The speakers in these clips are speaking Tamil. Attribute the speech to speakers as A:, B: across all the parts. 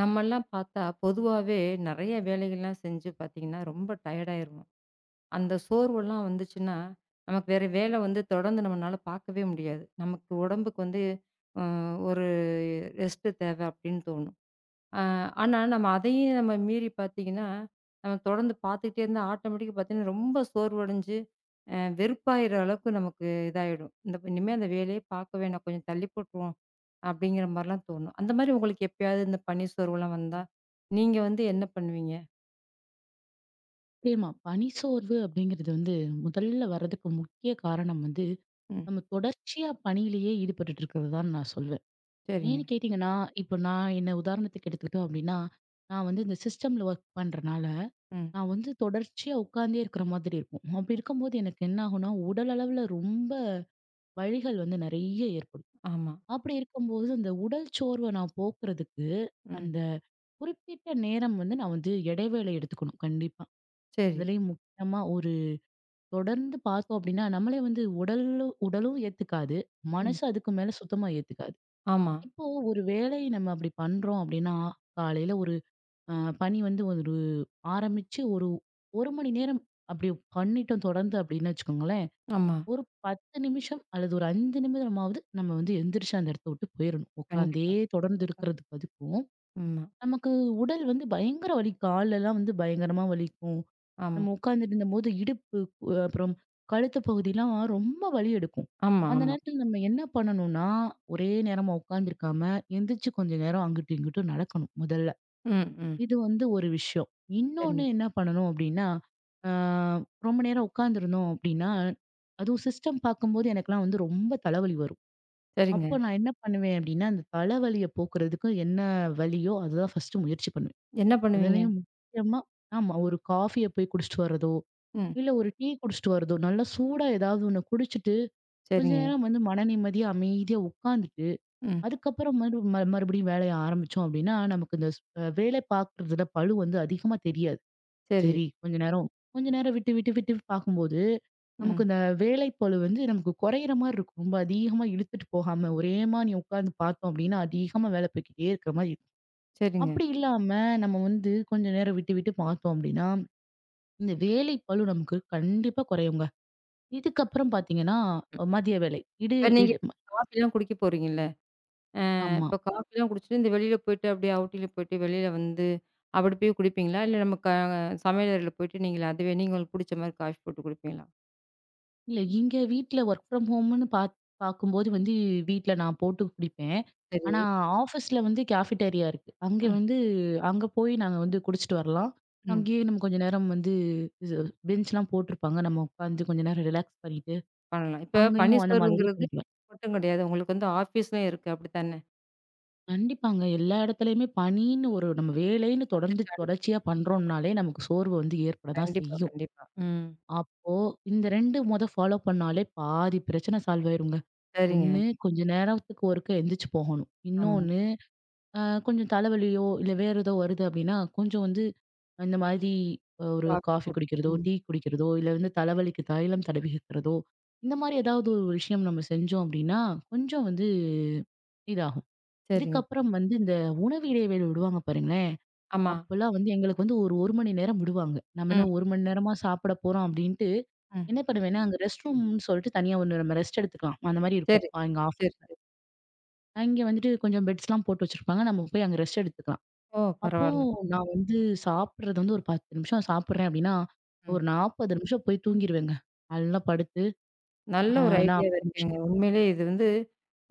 A: நம்மல்லாம் பார்த்தா, பொதுவாவே நெறைய வேலைகள்லாம் செஞ்சு பார்த்தீங்கன்னா, ரொம்ப டயர்ட் ஆயிருவோம். அந்த சோர்வுலாம் வந்துச்சுன்னா, நமக்கு வேற வேலை வந்து தொடர்ந்து நம்மனால பார்க்கவே முடியாது. நமக்கு உடம்புக்கு வந்து அ ஒரு ரெஸ்ட் தேவை அப்படின்னு தோணும். அ ஆனா நம்ம அதையும் நம்ம மீறி பார்த்தீங்கன்னா, நம்ம தொடர்ந்து பார்த்துக்கிட்டே இருந்தா ஆட்டோமேட்டிக்கா பார்த்தீங்கன்னா, ரொம்ப சோர்வடைஞ்சு வெறுப்பாயிற அளவுக்கு நமக்கு இதாயிடும். இந்த இனிமே அந்த வேலையே பார்க்க வேணாம். கொஞ்சம் தள்ளி போட்டுருவோம். அப்படிங்கிற மாரிலாம் தோணும். அந்த மாரி உங்களுக்கு எப்பயாவது இந்த பனி சோர்வுலாம் வந்தா, நீங்க வந்து என்ன பண்ணுவீங்க?
B: நிச்சயமா பணிசோர்வு அப்படிங்கிறது வந்து முதல்ல வர்றதுக்கு முக்கிய காரணம் வந்து
A: ம்.
B: நம்ம தொடர்ச்சியா பணியிலேயே ஈடுபட்டு இருக்கிறது தான் நான் சொல்வேன்.
A: சரிங்க.
B: ஏன்னு கேட்டிங்கன்னா இப்போ நான் என்ன உதாரணத்துக்கு எடுத்துக்கிட்டோம் அப்படின்னா நான் வந்து இந்த சிஸ்டம்ல ஒர்க் பண்றனால
A: ம்.
B: நான் வந்து தொடர்ச்சியா உட்கார்ந்தே இருக்கிற மாதிரி இருக்கும். அப்படி இருக்கும்போது எனக்கு என்ன ஆகும்னா உடல் அளவுல ரொம்ப வழிகள் வந்து நிறைய ஏற்படும்.
A: ஆமா.
B: அப்படி இருக்கும்போது அந்த உடல் சோர்வை நான் போக்குறதுக்கு
A: ம்.
B: அந்த குறிப்பிட்ட நேரம் வந்து நான் வந்து இடைவேளை எடுத்துக்கணும் கண்டிப்பா.
A: சரி.
B: அதுலயும் முக்கியமா தொடர்ந்து பார்த்தோம் அப்படின்னா, நம்மளே வந்து உடலும் உடலும் ஏத்துக்காது.
A: ம்.
B: மனசு அதுக்கு மேல சுத்தமா ஏத்துக்காது.
A: ஆமா,
B: இப்போ ஒரு வேலைய நம்ம அப்படி பண்றோம் அப்படின்னா, காலையில ஒரு அ பணி வந்து ஒரு ஆரம்பிச்சு ஒரு 1 மணி நேரம் அப்படி பண்ணிட்டோம் தொடர்ந்து அப்படின்னு வச்சுக்கோங்களேன்.
A: ஆமா.
B: ஒரு 10 நிமிஷம் அல்லது ஒரு 5 நிமிடமாவது நம்ம வந்து எந்திரிச்சு அந்த இடத்த விட்டு போயிரணும். உட்காந்தே
A: கண்டிப்பா,
B: தொடர்ந்து
A: கண்டிப்பா.
B: இருக்கிறதுக்கு அதுக்கும்.
A: ஆமா,
B: நமக்கு உடல் வந்து பயங்கர வலி காலெல்லாம் வந்து பயங்கரமா வலிக்கும்.
A: ஆமா,
B: நம்ம உட்கார்ந்துட்டு இருந்தபோது இடுப்பு, அப்புறம் கழுத்து பகுதிலாம் ரொம்ப வலி எடுக்கும்.
A: ஆமா,
B: அந்த
A: ஆமா.
B: நேரத்துல நம்ம என்ன பண்ணணும்னா, ஒரே நேரமா உட்கார்ந்திருக்காம, எந்திரிச்சு கொஞ்ச நேரம் அங்கிட்டும், இங்கிட்டும் நடக்கணும் முதல்ல.
A: ம், ம்.
B: இது வந்து ஒரு விஷயம். இன்னொன்னு
A: சரிங்க,
B: என்ன பண்ணணும் அப்படின்னா, ஆ ரொம்ப நேரம் உட்கார்ந்திருந்தோம் அப்படின்னா, அதுவும் சிஸ்டம் பார்க்கும்போது எனக்கெல்லாம் வந்து ரொம்ப தலைவலி வரும்.
A: சரிங்க.
B: அப்போ நான் என்ன பண்ணுவேன் அப்படின்னா, அந்த தலைவலிய போக்குறதுக்கு என்ன வழியோ அதுதான் ஃபர்ஸ்ட்டு முயற்சி பண்ணுவேன்.
A: என்ன பண்ணுவீங்க?
B: அதுலயும் முக்கியமா ஆமா. ஒரு காஃபிய போய் குடிச்சிட்டு வர்றதோ,
A: ம்.
B: இல்ல ஒரு டீ குடிச்சிட்டு வர்றதோ, நல்லா சூடா ஏதாவது ஒண்ணு குடிச்சிட்டு, கொஞ்ச
A: சரிங்க.
B: நேரம் வந்து மன நிம்மதியா, அமைதியா உட்காந்துட்டு,
A: ம்.
B: அதுக்கப்புறம் மறுபடியும் வேலைய ஆரம்பிச்சோம் அப்டின்னா, நமக்கு இந்த ஸ் அ வேலை பார்க்குறதுல பளு வந்து அதிகமா தெரியாது.
A: சரி,
B: சரி, கொஞ்ச நேரம் விட்டு, விட்டு, விட்டு பார்க்கும்போது, நமக்கு
A: ம்.
B: இந்த வேலை பளு வந்து நமக்கு குறையிற மாரி இருக்கும். ரொம்ப அதிகமா இழுத்துட்டு போகாம, ஒரே மாரி உட்காந்து பார்த்தோம் அப்டின்னா, அதிகமா வேலை போய்க்கிட்டே இருக்கிற மாரி இருக்கும்.
A: சரிங்க.
B: அப்படி இல்லாம, நம்ம வந்து கொஞ்ச நேரம் விட்டு, விட்டு பார்த்தோம் அப்படின்னா, இந்த வேலை பளு நமக்கு கண்டிப்பா குறையுங்க. இதுக்கப்புறம் பார்த்தீங்கன்னா,
A: ம்.
B: மதிய வேலை. இடு
A: இப்ப நீங்க
B: இடு ம
A: காஃபிலாம் குடிக்க போறீங்கல்ல?
B: ஆமா.
A: இப்ப காஃபிலாம் குடிச்சுட்டு, இந்த வெளியில போயிட்டு அப்படியே அவுட்டில போயிட்டு வெளியில வந்து, அப்படி போய் குடிப்பீங்களா? இல்ல நம்ம சமையல் அறையில போயிட்டு நீங்களே அதுவே நீங்க உங்களுக்கு புடிச்ச மாரி காஃபி போட்டு குடிப்பீங்களா?
B: இல்ல இங்க வீட்ல ஒர்க் ஃப்ரம் ஹோம்ன்னு பார்க்கும்போது வந்து வீட்ல நான் போட்டு குடிப்பேன். ஆனா,
A: சரி.
B: ஆஃபீஸ்ல வந்து கேஃபிட்டேரியா இருக்கு. அங்க
A: ம்,
B: வந்து அங்க போய் நாங்க வந்து குடிச்சிட்டு வரலாம்.
A: ம்.
B: அங்கேயே நம்ம கொஞ்ச நேரம் வந்து இது பெஞ்ச்லாம் போட்டிருப்பாங்க. நம்ம உட்காந்து கொஞ்ச நேரம் ரிலாக்ஸ் பண்ணிட்டு,
A: பண்ணலாம். இப்ப பணி
B: அங்கேயும் அந்த மாதிரி
A: சோர்வுங்கிறது
B: பண்ணிக்கலாம்.
A: மட்டும் கிடையாது. உங்களுக்கு வந்து ஆஃபீஸ்லயும் இருக்கு அப்படித்தானே?
B: கண்டிப்பாங்க. எல்லா இடத்துலயுமே பணின்னு ஒரு நம்ம வேலைன்னு தொடர்ந்து
A: வந்துட்டாலே
B: தொடர்ச்சியா பண்றோம்னாலே, நமக்கு சோர்வு வந்து ஏற்பட தான்
A: கண்டிப்பா,
B: செய்யும்.
A: கண்டிப்பா. ம்.
B: அப்போ இந்த 2 மொத ஃபாலோ பண்ணாலே பாதி பிரச்சனை சால்வ் ஆயிருங்க.
A: சரிங்க.
B: ஒண்ணு கொஞ்ச நேரத்துக்கு ஒருக்க எந்திரிச்சு போகணும்.
A: ஆமா.
B: இன்னொன்னு அ கொஞ்சம் தலைவலியோ, இல்ல வேற ஏதோ வருது அப்டின்னா, கொஞ்சம் வந்து இந்த மாதிரி ஒரு
A: காஃபி
B: காஃபி
A: போட்டு
B: குடிக்கிறதோ,
A: ம்.
B: டீ குடிக்கிறதோ, இல்ல வந்து தலைவலிக்கு தைலம் தடவிக்கிறதோ, இந்த மாரி ஏதாவது ஒரு விஷயம் நம்ம செஞ்சோம் அப்டின்னா, கொஞ்சம் வந்து இதாகும்.
A: சரிங்க.
B: இதுக்கப்புறம் வந்து இந்த உணவு இடைவேளை விடுவாங்க பாருங்களேன்.
A: ஆமா.
B: அப்பல்லாம் வந்து எங்களுக்கு வந்து ஒரு 1 மணி நேரம் விடுவாங்க. நம்ம என்ன
A: ம்,
B: 1 மணி நேரமா சாப்பிட போறோம் அப்டின்ட்டு,
A: ம்.
B: என்ன பண்ணுவேன்னா, அங்க ரெஸ்ட் ரூம்னு சொல்லிட்டு தனியா ஒண்ணு நம்ம ரெஸ்ட் எடுத்துக்கலாம். அந்த மாரி இருக்கும்.
A: சரி,
B: எங்க ஆஃப்
A: சரி, சரி.
B: அங்க வந்துட்டு கொஞ்சம் பெட்ஸ்லாம் போட்டு வச்சிருப்பாங்க. நம்ம போய் அங்க ரெஸ்ட் எடுத்துக்கலாம்.
A: ஓ!
B: அப்போ
A: பரவால்ல.
B: நான் வந்து சாப்பிடுறது வந்து ஒரு 10 நிமிஷம் சாப்பிடுறேன் அப்டின்னா,
A: ம்.
B: ஒரு 40 நிமிஷம் போய் தூங்கிருவேங்க. நல்லா படுத்து
A: நல்ல
B: அ
A: ஒரு ஐடியாவா
B: 40 நிமிஷம்.
A: இருக்கேங்க. உண்மையிலேயே இது வந்து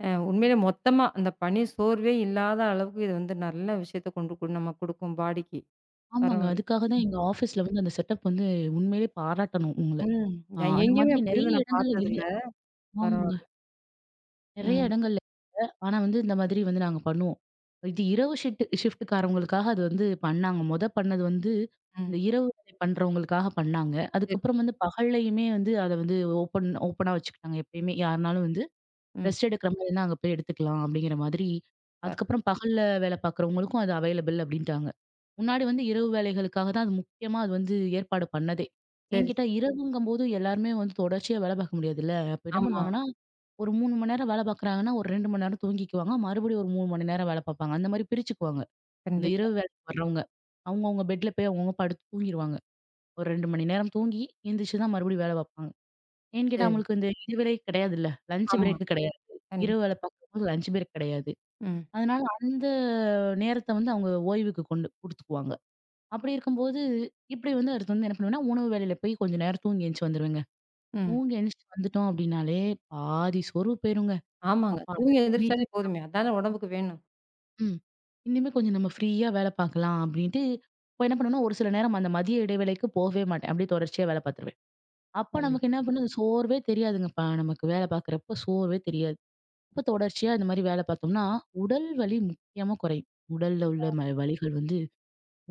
A: உண்மையிலே மொத்தமா அந்த பனி சோர்வே இல்லாத அளவுக்கு இது வந்து நல்ல விஷயத்த கொண்டு நம்ம குடுக்கும் பாடிக்கு.
B: ஆமாங்க.
A: பரவால்ல.
B: அதுக்காக தான் எங்க ஆஃபீஸ்ல வந்து அந்த செட்டப் வந்து உண்மையிலே பாராட்டணும் உங்கள.
A: ம். நான்
B: அந்த
A: எங்கேயுமே
B: மாதிரி
A: அப்படி
B: நெறைய
A: இருந்து நான்
B: இடங்கள்ல இல்ல.
A: பார்த்ததில்ல.
B: ஆமாங்க.
A: பரவால்ல.
B: நெறைய
A: ம்,
B: இடங்கள்ல ஆனா வந்து இந்த மாதிரி வந்து நாங்க பண்ணுவோம். இது இரவு ஷிஃப்ட்காரவங்களுக்காக அது வந்து பண்ணாங்க. மொத பண்ணது வந்து
A: ம்.
B: இந்த இரவு வேலை பண்றவங்களுக்காக பண்ணாங்க.
A: சரி.
B: அதுக்கப்புறம் வந்து பகல்லையுமே வந்து அத வந்து ஓப்பனா வச்சுக்கிட்டாங்க எப்பயுமே. யாருனாலும் வந்து
A: ம்.
B: ரெஸ்ட் எடுக்கிற மாதிரினா அங்க போய் எடுத்துக்கலாம் அப்படிங்கிற மாதிரி.
A: பர
B: அதுக்கப்புறம் பகல்ல வேலை பார்க்குறவங்களுக்கும் அது அவைலபிள் அப்படின்ட்டாங்க. முன்னாடி வந்து இரவு வேலைகளுக்காக தான் அது முக்கியமா அது வந்து ஏற்பாடு பண்ணதே. ஏன்னு
A: சரி, சரி.
B: கேட்டா இரவுங்கும்போது எல்லாருமே வந்து தொடர்ச்சியா வேலை பார்க்க முடியாதுல்ல. அப்ப என்ன
A: ஆமா.
B: பண்ணுவாங்கன்னா ஒரு 3 மணி நேரம் வேலை பார்க்குறாங்கன்னா, ஒரு 2 மணி நேரம் தூங்கிக்குவாங்க. மறுபடியும் ஒரு 3 மணி நேரம் வேலை பார்ப்பாங்க. அந்த மாரி பிரிச்சுக்குவாங்க. அந்த
A: கண்டிப்பா.
B: இரவு வேலைக்கு சரி. வர்றவங்க. அவங்கவங்க பெட்ல போய் அவங்கவங்க படுத்து தூங்கிருவாங்க. ஒரு 2 மணி நேரம் தூங்கி, எந்திரிச்சு தான் மறுபடியும் வேலை பார்ப்பாங்க. ஏன்னு கேட்டா
A: சரி.
B: அவங்களுக்கு இந்த இதுவேளை கிடையாதுல்ல. லஞ்ச்
A: ஆமா.
B: பிரேக் கிடையாது. இரவு
A: கண்டிப்பா.
B: வேலை பார்க்கும்போது லஞ்ச் பிரேக் கிடையாது.
A: ம்,
B: அதனால அந்த நேரத்த வந்து அவங்க ஓய்வுக்கு கொண்டு குடுத்துக்குவாங்க. அப்படி இருக்கும்போது, இப்படி வந்து அடுத்து வந்து என்ன பண்ணுவேன்னா, உணவு வேளையில போய் கொஞ்ச நேரம் தூங்கி எந்திச்சு வந்துருவேங்க.
A: ம்.
B: தூங்கி எந்திரிச்சு வந்துட்டோம் அப்படின்னாலே, பாதி சோர்வு போயிருங்க.
A: ஆமாங்க.
B: அப்பாடா!
A: தூங்கி எழுந்திரிச்சாலே போதுமே. அதானே உடம்புக்கு வேணும்.
B: ம். இனிமே கொஞ்சம் நம்ம ஃப்ரீயா வேலை பார்க்கலாம் அப்படின்ட்டு, அப்ப என்ன பண்ணுவேன்னா, ஒரு சில நேரம் அந்த மதிய இடைவேளைக்கு போகவே மாட்டேன். அப்படியே தொடர்ச்சியா வேலை பார்த்துருவேன். அப்ப
A: அய்யோ!
B: நமக்கு என்ன பண்ணும், சோர்வே தெரியாதுங்கப்பா. நமக்கு வேலை பார்க்குறப்ப சோர்வே தெரியாது. அப்ப தொடர்ச்சியா இந்த மாரி வேலை பார்த்தோம்னா, உடல் வலி முக்கியமா குறையும். உடல்ல உள்ள வலிகள் வந்து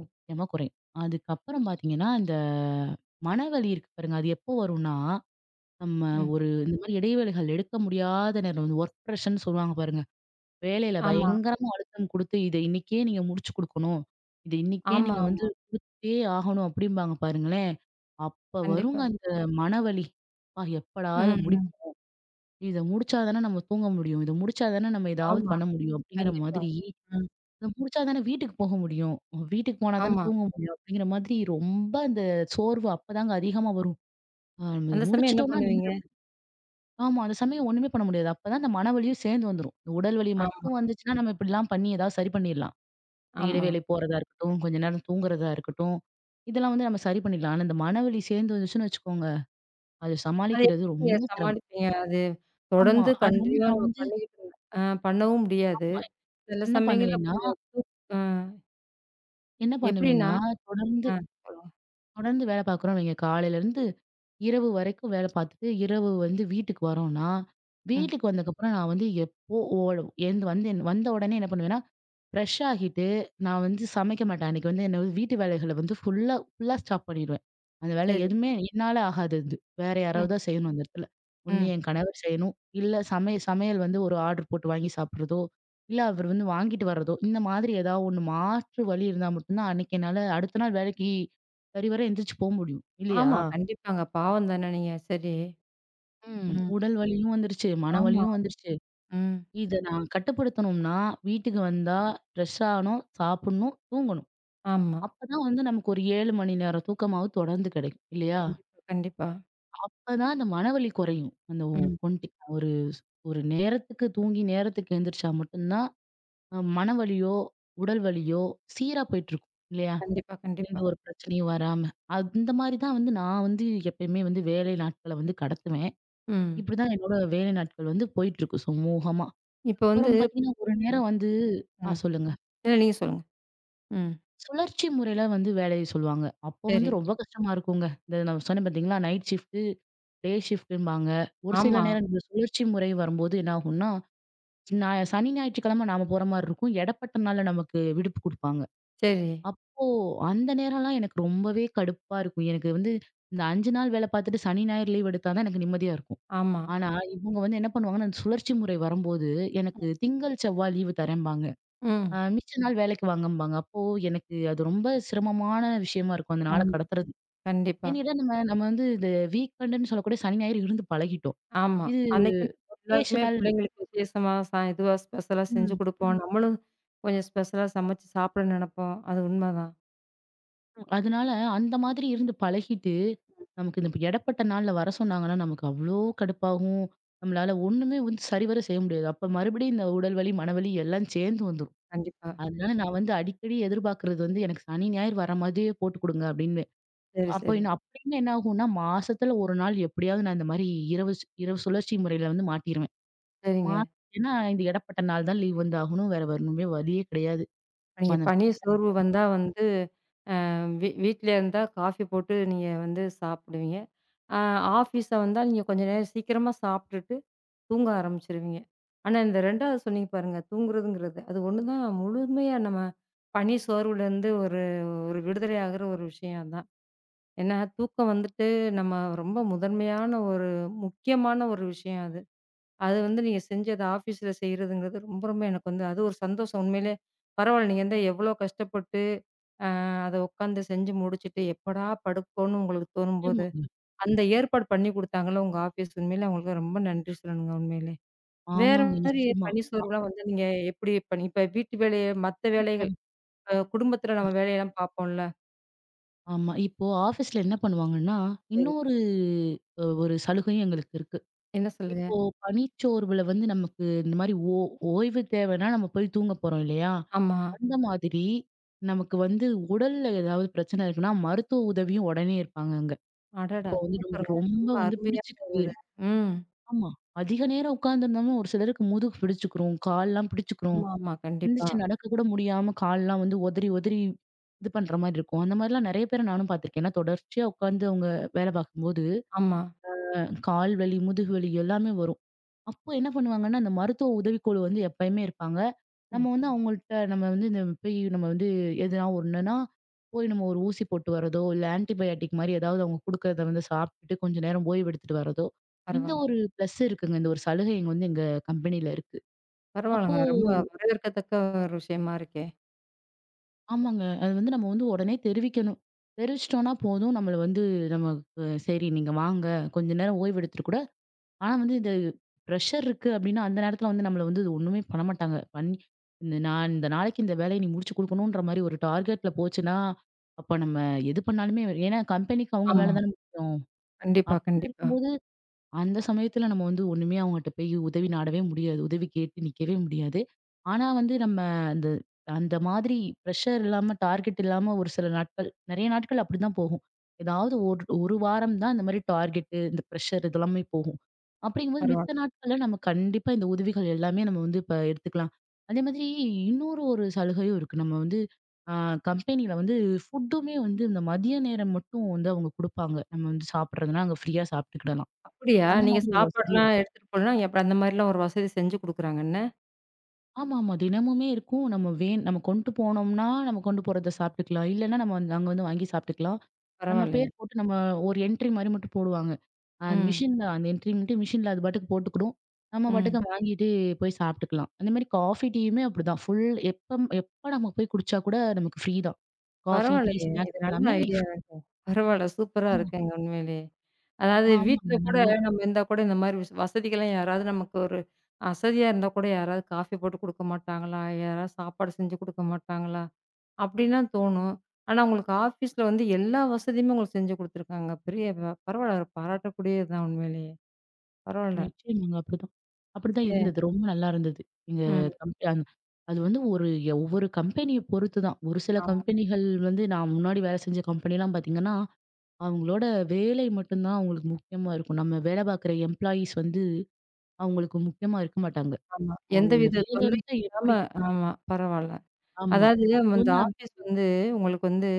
B: முக்கியமா குறையும். அதுக்கப்புறம் பார்த்தீங்கன்னா, இந்த மனவலி இருக்கு பாருங்க. அது எப்போ வரும்னா, நம்ம
A: ம்.
B: ஒரு இந்த மாரி இடைவேளைகள் எடுக்க முடியாத நேரம் வந்து ஒர்க் ப்ரெஷர்ன்னு சொல்லுவாங்க பாருங்க. வேலையில
A: ஆமா.
B: பயங்கரமா அழுத்தம் குடுத்து, "இத இன்னைக்கே நீங்க முடிச்சு குடுக்கணும். இது இன்னைக்கே
A: ஆமா,
B: நீங்க வந்து
A: ஆமா.
B: முடிச்சே ஆகணும்" அப்படிம்பாங்க பாருங்களேன். அப்ப வருங்க
A: கண்டிப்பா.
B: அந்த மனவலி. "அப்பா எப்படா
A: ம்,
B: இத
A: ம்.
B: முடிப்போம்? இத முடிச்சா தானே நம்ம தூங்க முடியும். இத முடிச்சா தானே நம்ம ஏதாவது
A: ஆமா.
B: பண்ண முடியும்." அப்படிங்கிற
A: கண்டிப்பா.
B: மாதிரி,
A: ம்.
B: "இத முடிச்சா தானே வீட்டுக்கு போக முடியும். வீட்டுக்கு போனா தானே
A: ஆமா.
B: தூங்க முடியும்." அப்படிங்கிற மாதிரி ரொம்ப அந்த சோர்வு அப்பதாங்க அதிகமா வரும். நம்ம இத
A: அந்த சமயம் என்ன
B: முடிச்சுட்டோம்னா
A: பண்ணுவீங்க?
B: நிம்மதியா ஆமா. அந்த சமயம் ஒண்ணுமே பண்ண முடியாது. அப்பதான் அந்த மனவலியும் சேர்ந்து வந்துரும். உடல் வலி
A: ஆ.
B: மட்டும் வந்துச்சுன்னா, நம்ம இப்படிலாம் பண்ணி ஏதாவது சரி பண்ணிடலாம். இந்த
A: ஆமா.
B: இடைவேளை போறதா இருக்கட்டும், கொஞ்ச நேரம் தூங்குறதா இருக்கட்டும். இதெல்லாம் வந்து நம்ம சரி பண்ணிடலாம். ஆனா இந்த மனவலி சேர்ந்து வந்துச்சுன்னு வச்சுக்கோங்க, அது
A: அத
B: சமாளிக்கிறது
A: எப்படி நீங்க
B: ரொம்ப சிரமம்.
A: சமாளிப்பீங்க? அது
B: ஆமா.
A: தொடர்ந்து
B: அது வந்து
A: கன்டினியூவா
B: நான்
A: நம்ம
B: வந்து
A: பண்ணிக்கிட்டு இருந்தா ஆ பண்ணவும் முடியாது. சில
B: என்ன
A: சமயங்கள்ல
B: பண்ணுவேன்னா
A: கொஞ்சம் ஆ
B: என்ன
A: எப்படின்னா
B: பண்ணுவேன்னா, தொடர்ந்து
A: ஆ சொல்லுங்க.
B: தொடர்ந்து வேலை பார்க்குறோம்னு வைங்க, காலையிலருந்து இரவு வரைக்கும் வேலை பார்த்துட்டு, இரவு வந்து வீட்டுக்கு வரோம்னா,
A: ம்.
B: வீட்டுக்கு வந்ததுக்கப்புறம் நான் வந்து எப்போ ஓடும் எந்து வந்து வந்த உடனே என்ன பண்ணுவேன்னா, ஃப்ரெஷ் ஆகிட்டு, நான் வந்து சமைக்க மாட்டேன். அன்னைக்கு வந்து என்ன வீட்டு வேலைகள வந்து ஃபுல்லா ஃபுல்லா ஸ்டாப் பண்ணிடுவேன். அந்த வேலை
A: சரி.
B: எதுவுமே என்னால ஆகாது அது. வேற
A: ம்.
B: யாராவது தான் செய்யணும் அந்த இடத்துல. ஒண்ணு
A: ம்.
B: என் கணவர் செய்யணும். இல்ல சமையல் வந்து ஒரு ஆர்டர் போட்டு வாங்கி சாப்பிடுறதோ, இல்ல அவர் வந்து வாங்கிட்டு வர்றதோ, இந்த மாதிரி ஏதாவது ஒண்ணு மாற்று வழி இருந்தா மட்டும் தான் அன்னைக்கு என்னால அடுத்த நாள் வேலைக்கு சரிவர எந்திரிச்சு போ முடியும். இல்லையா?
A: ஆமா. கண்டிப்பாங்க. பாவம் தானே நீங்க. சரி.
B: ம்.
A: ம்.
B: உடல் வலியும் வந்துருச்சு, மன
A: ஆமா.
B: வலியும் வந்துருச்சு.
A: ம்.
B: இத நான் கட்டுப்படுத்தணும்னா, வீட்டுக்கு வந்தா ஃப்ரெஷ் ஆகணும், சாப்பிடணும், தூங்கணும்.
A: ஆமா.
B: அப்பதான் வந்து நமக்கு ஒரு 7 மணி நேரம் தூக்கமாவது தொடர்ந்து கிடைக்கும் இல்லையா?
A: கண்டிப்பா, கண்டிப்பா.
B: அப்பதான் அந்த மனவலி குறையும். அந்த ஒ
A: ம்.
B: ஒண்டி ஒரு ஒரு நேரத்துக்கு தூங்கி நேரத்துக்கு எந்திரிச்சா மட்டும்தான் மனவலியோ, உடல் வலியோ சீரா போயிட்டுருக்கும் இல்லையா?
A: கண்டிப்பா,
B: எந்த
A: கண்டிப்பா.
B: ஒரு பிரச்சனையும் வராம. அந்த மாரி தான் வந்து நான் வந்து எப்பயுமே வந்து வேலை நாட்கள வந்து கடத்துவேன்.
A: ம்.
B: இப்படிதான் என்னோட வேலை நாட்கள் வந்து போயிட்டுருக்கும் சுமூகமா.
A: இப்ப வந்து
B: அப்புறம் பார்த்தீங்கன்னா, ஒரு
A: ம்.
B: நேரம் வந்து
A: ம்.
B: சொல்லுங்க.
A: இல்ல நீங்க சொல்லுங்க. ம்.
B: சுழற்சி முறையில வந்து வேலைய சொல்லுவாங்க. அப்போ வந்து
A: சரி.
B: ரொம்ப கஷ்டமா இருக்குங்க. இந்த நான் சொன்னேன் பார்த்தீங்களா? நைட் ஷிஃப்ட்டு, டே ஷிஃப்ட்டும்பாங்க. ஒரு சில
A: ஆமா.
B: நேரம் இந்த சுழற்சி முறை வரும்போது என்ன ஆகும்னா, சனி, ஞாயிற்றுக்கிழமை நாம போற மாரி இருக்கும். இடைப்பட்ட நாள்ல நமக்கு விடுப்பு குடுப்பாங்க.
A: சரி.
B: அப்போ அந்த நேரம்லாம் எனக்கு ரொம்பவே கடுப்பா இருக்கும். எனக்கு வந்து இந்த 5 நாள் வேலை பார்த்துட்டு சனி, ஞாயிறு லீவ் எடுத்தா தான் எனக்கு நிம்மதியா இருக்கும்.
A: ஆமா.
B: ஆனா, இவங்க வந்து என்ன பண்ணுவாங்கன்னா, அந்த சுழற்சி முறை வரும்போது எனக்கு திங்கள், செவ்வாய் லீவு தரேம்பாங்க.
A: ம்.
B: மிச்ச நாள் வேலைக்கு வாங்கம்பாங்க. அப்போ எனக்கு அது ரொம்ப சிரமமான விஷயமா இருக்கும். அந்த நாள
A: ஆமா.
B: கடத்துறது.
A: கண்டிப்பா.
B: ஏன்னு கேட்டா நம்ம நம்ம வந்து இந்த வீக்கெண்டுன்னு சொல்லக்கூடிய சனி, ஞாயிறு இருந்து பழகிட்டோம்.
A: ஆமா.
B: இது
A: அன்னைக்குன்னு எல்லாருக்குமே
B: ஒகேஷனல்
A: பிள்ளைங்களுக்கு விசேஷமா இதுவா ஸ்பெஷலா செஞ்சு
B: ம்.
A: குடுப்போம். ம். நம்மளும் கொஞ்சம் ஸ்பெஷலா சமைச்சு சாப்பிட நெனைப்போம். அது உண்மதான்.
B: அதனால அந்த மாதிரி இருந்து பழகிட்டு, நமக்கு இந்த இடைப்பட்ட நாள்ல வர சொன்னாங்கன்னா, நமக்கு அவ்ளோ கடுப்பாகும். நம்மளால ஒண்ணுமே வந்து சரிவர செய்ய முடியாது. அப்ப மறுபடியும் இந்த உடல் வலி, மனவலி எல்லாம் சேர்ந்து வந்துரும்.
A: கண்டிப்பா.
B: அதனால நான் வந்து அடிக்கடி எதிர்பார்க்கறது வந்து, "எனக்கு சனி, ஞாயிறு வர மாதிரியே போட்டு குடுங்க" அப்படின்னு.
A: சரி,
B: அப்போ
A: சரி.
B: இன்னும் அப்படின்னு என்ன ஆகும்னா, மாசத்துல 1 நாள் எப்படியாவது நான் இந்த மாரி இரவு சுழற்சி முறையில வந்து மாட்டிருவேன்.
A: சரிங்க.
B: மாட்டிட்டேன்னா, இந்த இடைப்பட்ட நாள் தான் லீவ் வந்து ஆகணும். வேற வரணுமே வழியே கிடையாது.
A: இப்ப
B: இப்ப
A: நீங்க
B: அந்த
A: பனி சோர்வு வந்தா வந்து அ வீ வீட்ல இருந்தா காஃபி போட்டு நீங்க வந்து சாப்பிடுவீங்க. அ ஆஃபீஸா வந்தா நீங்க கொஞ்சம் நேரம் சீக்கிரமா சாப்பிட்டுட்டு தூங்க ஆரம்பிச்சுருவீங்க. ஆனா, இந்த 2வது சொன்னீங்க பாருங்க, தூங்குறதுங்கிறது. அது ஒண்ணுதான் முழுமையா நம்ம பனி சோர்வுலேருந்து ஒரு ஒரு விடுதலை ஆகுற ஒரு விஷயம் அதான். ஏன்னா, தூக்கம் வந்துட்டு நம்ம ரொம்ப முதன்மையான ஒரு முக்கியமான ஒரு விஷயம் அது. அது வந்து நீங்க செஞ்சு அத ஆஃபீஸ்ல செய்றதுங்கிறது ரொம்ப ரொம்ப எனக்கு வந்து அது ஒரு சந்தோஷம். உண்மையிலே பரவால்ல. நீங்க வந்து எவ்வளோ கஷ்டப்பட்டு அ அத உட்காந்து செஞ்சு முடிச்சுட்டு, எப்படா படுப்போம்ன்னு உங்களுக்கு தோணும்போது,
B: போது-
A: அந்த ஏற்பாடு பண்ணி குடுத்தாங்கல்ல உங்க ஆஃபீஸ், உண்மையிலே அவங்களுக்கு ரொம்ப நன்றி சொல்லணுங்க உண்மையிலே. வேற
B: ஆமாங்க.
A: மாதிரி
B: நிச்சயமா.
A: பணி சோர்வுலாம் வந்து நீங்க எப்படி பண்ணி இப்ப வீட்டு வேலைய மத்த
B: இப்போ
A: வேலைகள் குடும்பத்தில நம்ம வேலையெல்லாம் பார்ப்போம்ல.
B: ஆமா. இப்போ ஆஃபீஸ்ல என்ன பண்ணுவாங்கன்னா,
A: சரி.
B: இன்னொரு ஒரு சலுகையும் எங்களுக்கு இருக்கு.
A: என்ன சொல்லுங்க?
B: இப்போ பணிச்சோர்வுல வந்து நமக்கு இந்த மாரி ஓய்வு தேவைன்னா நம்ம போய் தூங்க போறோம் இல்லையா?
A: ஆமா.
B: அந்த மாதிரி நமக்கு வந்து உடல்ல ஏதாவது பிரச்சனை இருக்குன்னா, மருத்துவ உதவியும் உடனே இருப்பாங்கங்க.
A: அடடா!
B: அப்போ வந்து நமக்கு
A: சூப்பருங்க.
B: ரொம்ப
A: ரொம்ப
B: வந்து
A: அருமையா
B: பிடிச்சுக்குது.
A: இருந்தது. ம்.
B: ஆமா. அதிக நேரம் உட்கார்ந்திருந்தோம்னா ஒரு சிலருக்கு முதுகு பிடிச்சுக்கும், கால்லாம் பிடிச்சுக்கும்.
A: ஆமா, ஆமா. கண்டிப்பா.
B: எந்திரிச்சு நடக்க கூட முடியாம கால்லாம் வந்து உதறி, உதறி இது பண்ற மாரி இருக்கும். அந்த மாரிலாம் நெறைய பேர நானும் பார்த்துருக்கேன். ஏன்னா தொடர்ச்சியா உட்கார்ந்து அவங்க வேலை பார்க்கும்போது,
A: ஆமா.
B: கால் வலி, முதுகு வலி எல்லாமே வரும். அப்போ என்ன பண்ணுவாங்கன்னா, அந்த மருத்துவ உதவிக்குழு வந்து எப்பயுமே இருப்பாங்க. நம்ம
A: ம்.
B: வந்து அவங்கள்ட்ட நம்ம வந்து இந்த போய் நம்ம வந்து எதுனா ஒண்ணுன்னா, போய் நம்ம ஒரு ஊசி போட்டு வரதோ, இல்ல ஆன்டிபயாட்டிக் மாரி ஏதாவது அவங்க குடுக்கறத வந்து சாப்பிட்டுட்டு கொஞ்ச நேரம் ஓய்வு எடுத்துட்டு வரதோ, இந்த
A: பரவால்ல.
B: ஒரு பிளஸ் இருக்குங்க. இந்த ஒரு சலுகை இங்க வந்து எங்க கம்பெனில இருக்கு. அப்போ
A: பரவால்லங்க. ரொம்ப வரவேற்கத்தக்க ஒரு விஷயமா இருக்கே!
B: ஆமாங்க. அது வந்து நம்ம வந்து உடனே தெரிவிக்கணும். தெரிவிச்சுட்டோம்னா போதும் நம்மள வந்து நமக்கு சரி நீங்க வாங்க, கொஞ்ச நேரம் ஓய்வு எடுத்துட்டு கூட ஆனா வந்து இந்த ப்ரெஷர் இருக்கு அப்படின்னா, அந்த நேரத்துல வந்து நம்மள வந்து இது ஒண்ணுமே பண்ண மாட்டாங்க. பண்ணி இந்த நான் இந்த நாளைக்கு இந்த வேலைய நீ முடிச்சு குடுக்கணுன்ற மாரி ஒரு டார்கெட்ல போச்சுன்னா, அப்ப நம்ம எது பண்ணாலுமே ஏன்னா கம்பெனிக்கு அவங்க
A: ஆமா.
B: வேல தானே முக்கியம்.
A: கண்டிப்பா,
B: அப்படி
A: கண்டிப்பா.
B: இருக்கும்போது அந்த சமயத்துல நம்ம வந்து ஒண்ணுமே அவங்ககிட்ட போய் உதவி நாடவே முடியாது. உதவி கேட்டு நிக்கவே முடியாது. ஆனா வந்து நம்ம அந்த அந்த மாதிரி பிரஷர் இல்லாம, டார்கெட் இல்லாம ஒரு சில நாட்கள், நெறைய நாட்கள் அப்படிதான் போகும். ஏதாவது ஒரு 1 வாரம் தான் இந்த மாரி டார்கெட்டு, இந்த பிரஷர் இதெல்லாமே போகும். அப்படிங்கும்போது
A: பரவால்ல.
B: மித்த நாட்கள்ல நம்ம கண்டிப்பா இந்த உதவிகள் எல்லாமே நம்ம வந்து இப்ப எடுத்துக்கலாம். அதே மாதிரி இன்னொரு ஒரு சலுகையும் இருக்கு. நம்ம வந்து அ கம்பெனியில வந்து ஃபுட்டுமே வந்து இந்த மதிய நேரம் மட்டும் வந்து அவங்க குடுப்பாங்க. நம்ம வந்து சாப்பிடுறதுனா அங்க ஃப்ரீயா சாப்பிட்டுக்கிடலாம்.
A: அப்படியா?
B: அந்த
A: நீங்க
B: மாதிரி ஒரு வசதி
A: சாப்பாடுலாம்
B: இருக்கும்.
A: எடுத்துட்டு போலாம், அப்புறம் அந்த மாரிலாம் ஒரு வசதி செஞ்சு குடுக்குறாங்க என்ன?
B: ஆமாமா. தினமுமே இருக்கும். நம்ம வேன் நம்ம கொண்டு போனோம்னா, நம்ம கொண்டு போறத சாப்பிட்டுக்கலாம். இல்லன்னா நம்ம வந்து அங்க வந்து வாங்கி சாப்பிட்டுக்கலாம். நம்ம
A: பரவால்லையே!
B: பேர் போட்டு நம்ம ஒரு என்ட்ரி மாரி மட்டும் போடுவாங்க. அந்த
A: ம்.
B: மிஷின்ல அந்த என்ட்ரி மட்டும் மிஷின்ல அது பாட்டுக்கு போட்டுக்கிடும். நம்ம
A: ம்.
B: பாட்டுக்கு வாங்கிட்டு போய் சாப்பிட்டுக்கலாம். அந்த மாரி காஃபி, டீயுமே அப்படிதான். ஃபுல் எப்ப எப்ப நம்ம போய் குடிச்சா கூட நமக்கு ஃப்ரீ தான். காஃபி, டீ,
A: பரவாயில்லையே! இது
B: ஸ்நாக்ஸ்
A: நல்ல
B: எல்லாமே free.
A: ஐடியாவாச்சே! பரவால்ல. சூப்பரா
B: ஆமா.
A: இருக்குங்க உண்மையிலேயே. அதாவது வீட்ல
B: ஆமாங்க.
A: கூட
B: நல்லா
A: நம்ம இருந்தா கூட இந்த மாரி வசதிகள்லாம் யாராவது நமக்கு ஒரு அசதியா இருந்தா கூட யாராவது காஃபி போட்டு குடுக்க மாட்டாங்களா? யாராவது சாப்பாடு செஞ்சு குடுக்க மாட்டாங்களா? அப்படின்லாம் தோணும். ஆனா உங்களுக்கு ஆஃபீஸ்ல வந்து எல்லா வசதியுமே உங்களுக்கு செஞ்சு குடுத்துருக்காங்க. பெரிய பரவால்ல ஒரு பாராட்டக்கூடியது தான் உண்மையிலேயே. பரவால்ல.
B: நிச்சயமாங்க. அப்படிதான். அப்படிதான்
A: ஏ
B: இருந்தது. ரொம்ப நல்லா இருந்தது. எங்க
A: ம்.
B: கம்பெ அந் அது வந்து ஒரு ஒவ்வொரு கம்பெனிய பொறுத்து தான். ஒரு சில
A: ஆமா,
B: கம்பெனிகள் வந்து நான் முன்னாடி வேலை செஞ்ச கம்பெனிலாம் பார்த்தீங்கன்னா, அவங்களோட வேலை மட்டும் தான் அவங்களுக்கு முக்கியமா இருக்கும். நம்ம வேலை பார்க்குற எம்ப்ளாயீஸ் வந்து அவங்களுக்கு முக்கியமா இருக்க மாட்டாங்க.
A: ஆமா.
B: அவங்க அந்த
A: எந்தவித
B: வேலைய
A: தொல்லையும்
B: மட்டும்
A: இல்லாம
B: எப்படி
A: ஆமா. பரவால்ல.
B: ஆமா.
A: அதாவது
B: அது
A: அந்த
B: வந்து நம்
A: ஆஃபீஸ் வந்து உங்களுக்கு வந்து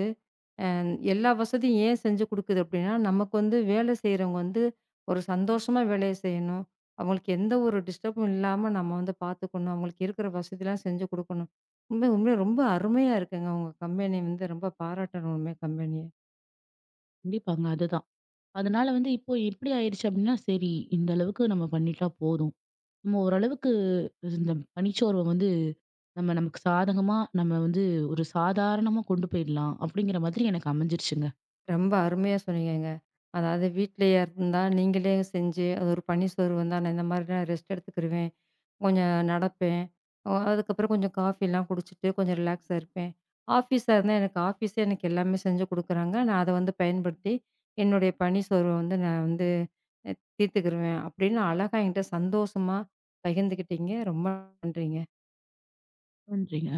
A: அ எல்லா வசதியும் ஏன் செஞ்சு குடுக்குது அப்டின்னா, நமக்கு வந்து வேலை செய்றவங்க வந்து ஒரு சந்தோஷமா வேலைய செய்யணும். அவங்களுக்கு எந்த ஒரு டிஸ்டர்பும் இல்லாம நம்ம வந்து பார்த்துக்கணும். அவங்களுக்கு இருக்கிற வசதிலாம் செஞ்சு குடுக்கணும். உண்மை உண்மையா ரொம்ப அருமையா இருக்குங்க. உங்க கம்பெனி வந்து ரொம்ப பாராட்டணும் உண்மையா கம்பெனிய.
B: கண்டிப்பாங்க. அதுதான். அதனால வந்து இப்போ எப்படி ஆயிருச்சு அப்படின்னா, சரி இந்த அளவுக்கு நம்ம பண்ணிட்டா போதும். நம்ம ஓரளவுக்கு இந்த பனிச்சோர்வ வந்து நமக்கு சாதகமா நம்ம வந்து ஒரு சாதாரணமா கொண்டு போயிடலாம் அப்படிங்கிற மாதிரி எனக்கு அமைஞ்சிருச்சுங்க.
A: ரொம்ப அருமையா சொன்னீங்கங்க. அதாவது வீட்லயே இருந்தா, நீங்களே செஞ்சு, அது ஒரு பனி சோர்வு வந்தா, நான் இந்த மாதிரி நான் ரெஸ்ட் எடுத்துக்கிருவேன். கொஞ்சம் நடப்பேன். அதுக்கப்புறம் கொஞ்சம் காஃபிலாம் குடிச்சிட்டு, கொஞ்சம் ரிலாக்ஸா இருப்பேன். ஆஃபீஸா இருந்தா, எனக்கு ஆஃபீஸே எனக்கு எல்லாமே செஞ்சு குடுக்குறாங்க. நான் அத வந்து பயன்படுத்தி, என்னுடைய பணி சோர்வ வந்து நான் வந்து அ தீர்த்துக்கிருவேன். அப்படின்னு அழகா என்கிட்ட சந்தோஷமா பகிர்ந்துக்கிட்டீங்க. ரொம்ப நன்றிங்க.
B: பண்றீங்க?